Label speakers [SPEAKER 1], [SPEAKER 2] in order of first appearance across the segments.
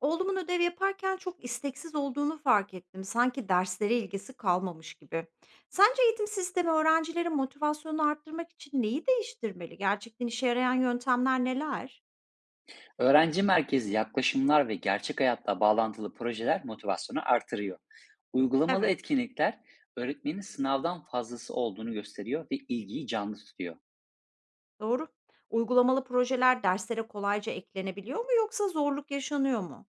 [SPEAKER 1] Oğlumun ödev yaparken çok isteksiz olduğunu fark ettim. Sanki derslere ilgisi kalmamış gibi. Sence eğitim sistemi öğrencilerin motivasyonunu arttırmak için neyi değiştirmeli? Gerçekten işe yarayan yöntemler neler?
[SPEAKER 2] Öğrenci merkezli yaklaşımlar ve gerçek hayatla bağlantılı projeler motivasyonu artırıyor. Uygulamalı
[SPEAKER 1] Evet,
[SPEAKER 2] etkinlikler öğretmenin sınavdan fazlası olduğunu gösteriyor ve ilgiyi canlı tutuyor.
[SPEAKER 1] doğru. Uygulamalı projeler derslere kolayca eklenebiliyor mu yoksa zorluk yaşanıyor mu?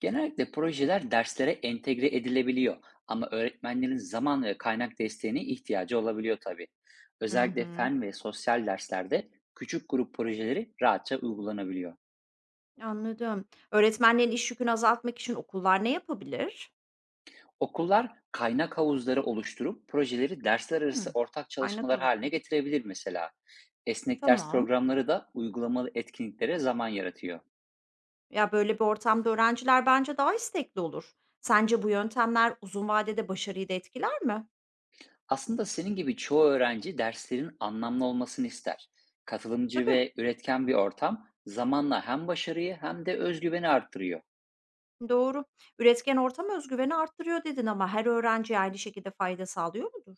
[SPEAKER 2] Genellikle projeler derslere entegre edilebiliyor ama öğretmenlerin zaman ve kaynak desteğine ihtiyacı olabiliyor tabii.
[SPEAKER 1] Hı
[SPEAKER 2] Özellikle
[SPEAKER 1] hı.
[SPEAKER 2] fen ve sosyal derslerde küçük grup projeleri rahatça uygulanabiliyor.
[SPEAKER 1] Anladım. Öğretmenlerin iş yükünü azaltmak için okullar ne yapabilir?
[SPEAKER 2] Okullar kaynak havuzları oluşturup projeleri dersler arası
[SPEAKER 1] Hmm,
[SPEAKER 2] ortak
[SPEAKER 1] kaynak
[SPEAKER 2] çalışmalar haline
[SPEAKER 1] havuzu.
[SPEAKER 2] getirebilir mesela. Esnek ders
[SPEAKER 1] Tamam.
[SPEAKER 2] programları da uygulamalı etkinliklere zaman yaratıyor.
[SPEAKER 1] Ya, böyle bir ortamda öğrenciler bence daha istekli olur. Sence bu yöntemler uzun vadede başarıyı da etkiler mi?
[SPEAKER 2] Aslında senin gibi çoğu öğrenci derslerin anlamlı olmasını ister. Katılımcı
[SPEAKER 1] Tabii,
[SPEAKER 2] ve üretken bir ortam zamanla hem başarıyı hem de özgüveni arttırıyor.
[SPEAKER 1] doğru. Üretken ortam özgüveni güveni arttırıyor dedin ama her öğrenciye aynı şekilde fayda sağlıyor mudur?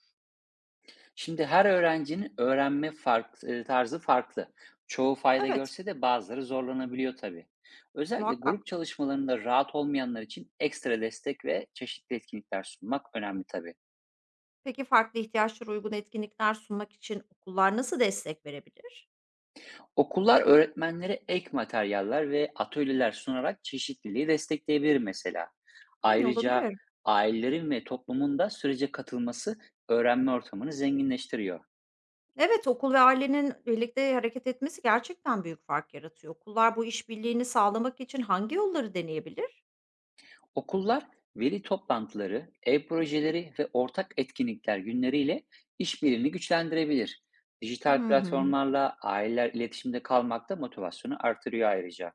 [SPEAKER 2] Şimdi her öğrencinin öğrenme tarzı farklı. Çoğu fayda
[SPEAKER 1] Evet,
[SPEAKER 2] görse de bazıları zorlanabiliyor tabii. Özellikle
[SPEAKER 1] muhakkak.
[SPEAKER 2] grup çalışmalarında rahat olmayanlar için ekstra destek ve çeşitli etkinlikler sunmak önemli tabii.
[SPEAKER 1] Peki farklı ihtiyaçlara uygun etkinlikler sunmak için okullar nasıl destek verebilir?
[SPEAKER 2] Okullar öğretmenlere ek materyaller ve atölyeler sunarak çeşitliliği destekleyebilir mesela.
[SPEAKER 1] Hımm,
[SPEAKER 2] Ayrıca
[SPEAKER 1] olabilir.
[SPEAKER 2] ailelerin ve toplumun da sürece katılması öğrenme ortamını zenginleştiriyor.
[SPEAKER 1] Evet, okul ve ailenin birlikte hareket etmesi gerçekten büyük fark yaratıyor. Okullar bu işbirliğini sağlamak için hangi yolları deneyebilir?
[SPEAKER 2] Okullar veri toplantıları, ev projeleri ve ortak etkinlikler günleriyle işbirliğini güçlendirebilir.
[SPEAKER 1] Hı
[SPEAKER 2] Dijital
[SPEAKER 1] hı.
[SPEAKER 2] platformlarla aileler iletişimde kalmakta motivasyonu artırıyor ayrıca.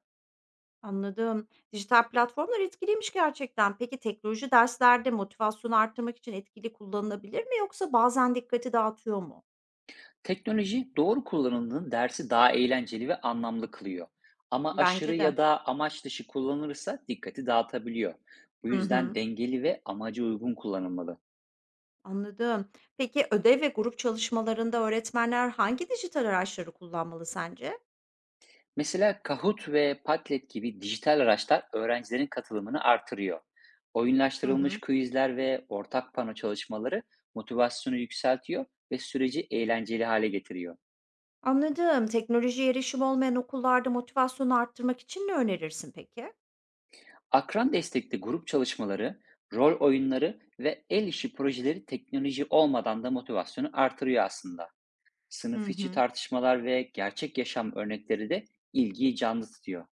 [SPEAKER 1] Anladım. Dijital platformlar etkiliymiş gerçekten. Peki teknoloji derslerde motivasyonu arttırmak için etkili kullanılabilir mi yoksa bazen dikkati dağıtıyor mu?
[SPEAKER 2] Teknoloji doğru kullanıldığında dersi daha eğlenceli ve anlamlı kılıyor. Ama aşırı
[SPEAKER 1] Bence de.
[SPEAKER 2] ya da amaç dışı kullanılırsa dikkati dağıtabiliyor. Bu
[SPEAKER 1] Hı
[SPEAKER 2] yüzden
[SPEAKER 1] hı.
[SPEAKER 2] dengeli ve amaca uygun kullanılmalı.
[SPEAKER 1] Anladım. Peki ödev ve grup çalışmalarında öğretmenler hangi dijital araçları kullanmalı sence?
[SPEAKER 2] Mesela Kahoot ve Padlet gibi dijital araçlar öğrencilerin katılımını artırıyor.
[SPEAKER 1] Hı
[SPEAKER 2] Oyunlaştırılmış
[SPEAKER 1] hı.
[SPEAKER 2] quizler ve ortak pano çalışmaları motivasyonu yükseltiyor ve süreci eğlenceli hale getiriyor.
[SPEAKER 1] Anladım. Teknolojiye erişim olmayan okullarda motivasyonu arttırmak için ne önerirsin peki?
[SPEAKER 2] Akran destekli grup çalışmaları, rol oyunları ve el işi projeleri teknoloji olmadan da motivasyonu artırıyor aslında.
[SPEAKER 1] Hı
[SPEAKER 2] Sınıf içi
[SPEAKER 1] hı.
[SPEAKER 2] tartışmalar ve gerçek yaşam örnekleri de ilgiyi canlı tutuyor.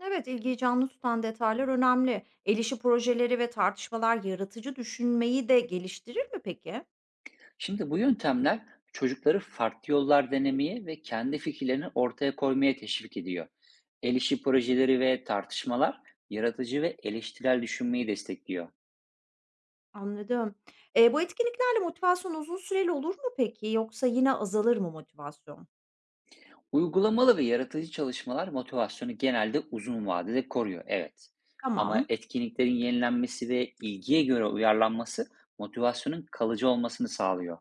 [SPEAKER 1] Evet, ilgiyi canlı tutan detaylar önemli. El işi projeleri ve tartışmalar yaratıcı düşünmeyi de geliştirir mi peki?
[SPEAKER 2] Şimdi bu yöntemler çocukları farklı yollar denemeye ve kendi fikirlerini ortaya koymaya teşvik ediyor. El işi projeleri ve tartışmalar yaratıcı ve eleştirel düşünmeyi destekliyor.
[SPEAKER 1] Anladım. Bu etkinliklerle motivasyon uzun süreli olur mu peki yoksa yine azalır mı motivasyon?
[SPEAKER 2] Uygulamalı ve yaratıcı çalışmalar motivasyonu genelde uzun vadede koruyor, evet. Ama
[SPEAKER 1] Tamam.
[SPEAKER 2] etkinliklerin yenilenmesi ve ilgiye göre uyarlanması motivasyonun kalıcı olmasını sağlıyor.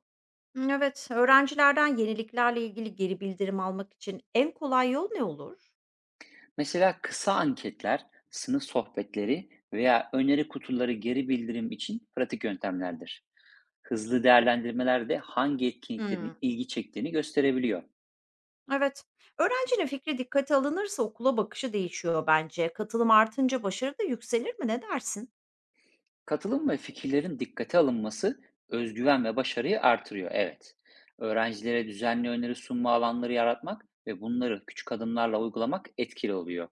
[SPEAKER 1] Evet, öğrencilerden yeniliklerle ilgili geri bildirim almak için en kolay yol ne olur?
[SPEAKER 2] Mesela kısa anketler, sınıf sohbetleri veya öneri kutuları geri bildirim için pratik yöntemlerdir. Hızlı değerlendirmeler de hangi
[SPEAKER 1] Hımm,
[SPEAKER 2] etkinliklerin ilgi çektiğini gösterebiliyor.
[SPEAKER 1] evet. Öğrencinin fikri dikkate alınırsa okula bakışı değişiyor bence. Katılım artınca başarı da yükselir mi? Ne dersin?
[SPEAKER 2] Katılım ve fikirlerin dikkate alınması özgüven ve başarıyı artırıyor. Evet. Öğrencilere düzenli öneri sunma alanları yaratmak ve bunları küçük adımlarla uygulamak etkili oluyor.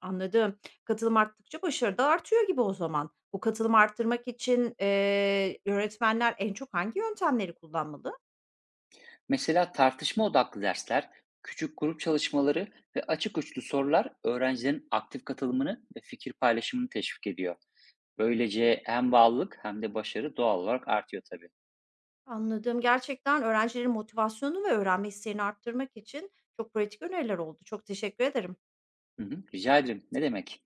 [SPEAKER 1] Anladım. Katılım arttıkça başarı da artıyor gibi o zaman. Bu katılımı arttırmak için, öğretmenler en çok hangi yöntemleri kullanmalı?
[SPEAKER 2] Mesela tartışma odaklı dersler, küçük grup çalışmaları ve açık uçlu sorular öğrencilerin aktif katılımını ve fikir paylaşımını teşvik ediyor. Böylece hem bağlılık hem de başarı doğal olarak artıyor tabii.
[SPEAKER 1] Anladım. Gerçekten öğrencilerin motivasyonunu ve öğrenme isteğini arttırmak için çok pratik öneriler oldu. Çok teşekkür ederim.
[SPEAKER 2] Hı hı, rica ederim. Ne demek?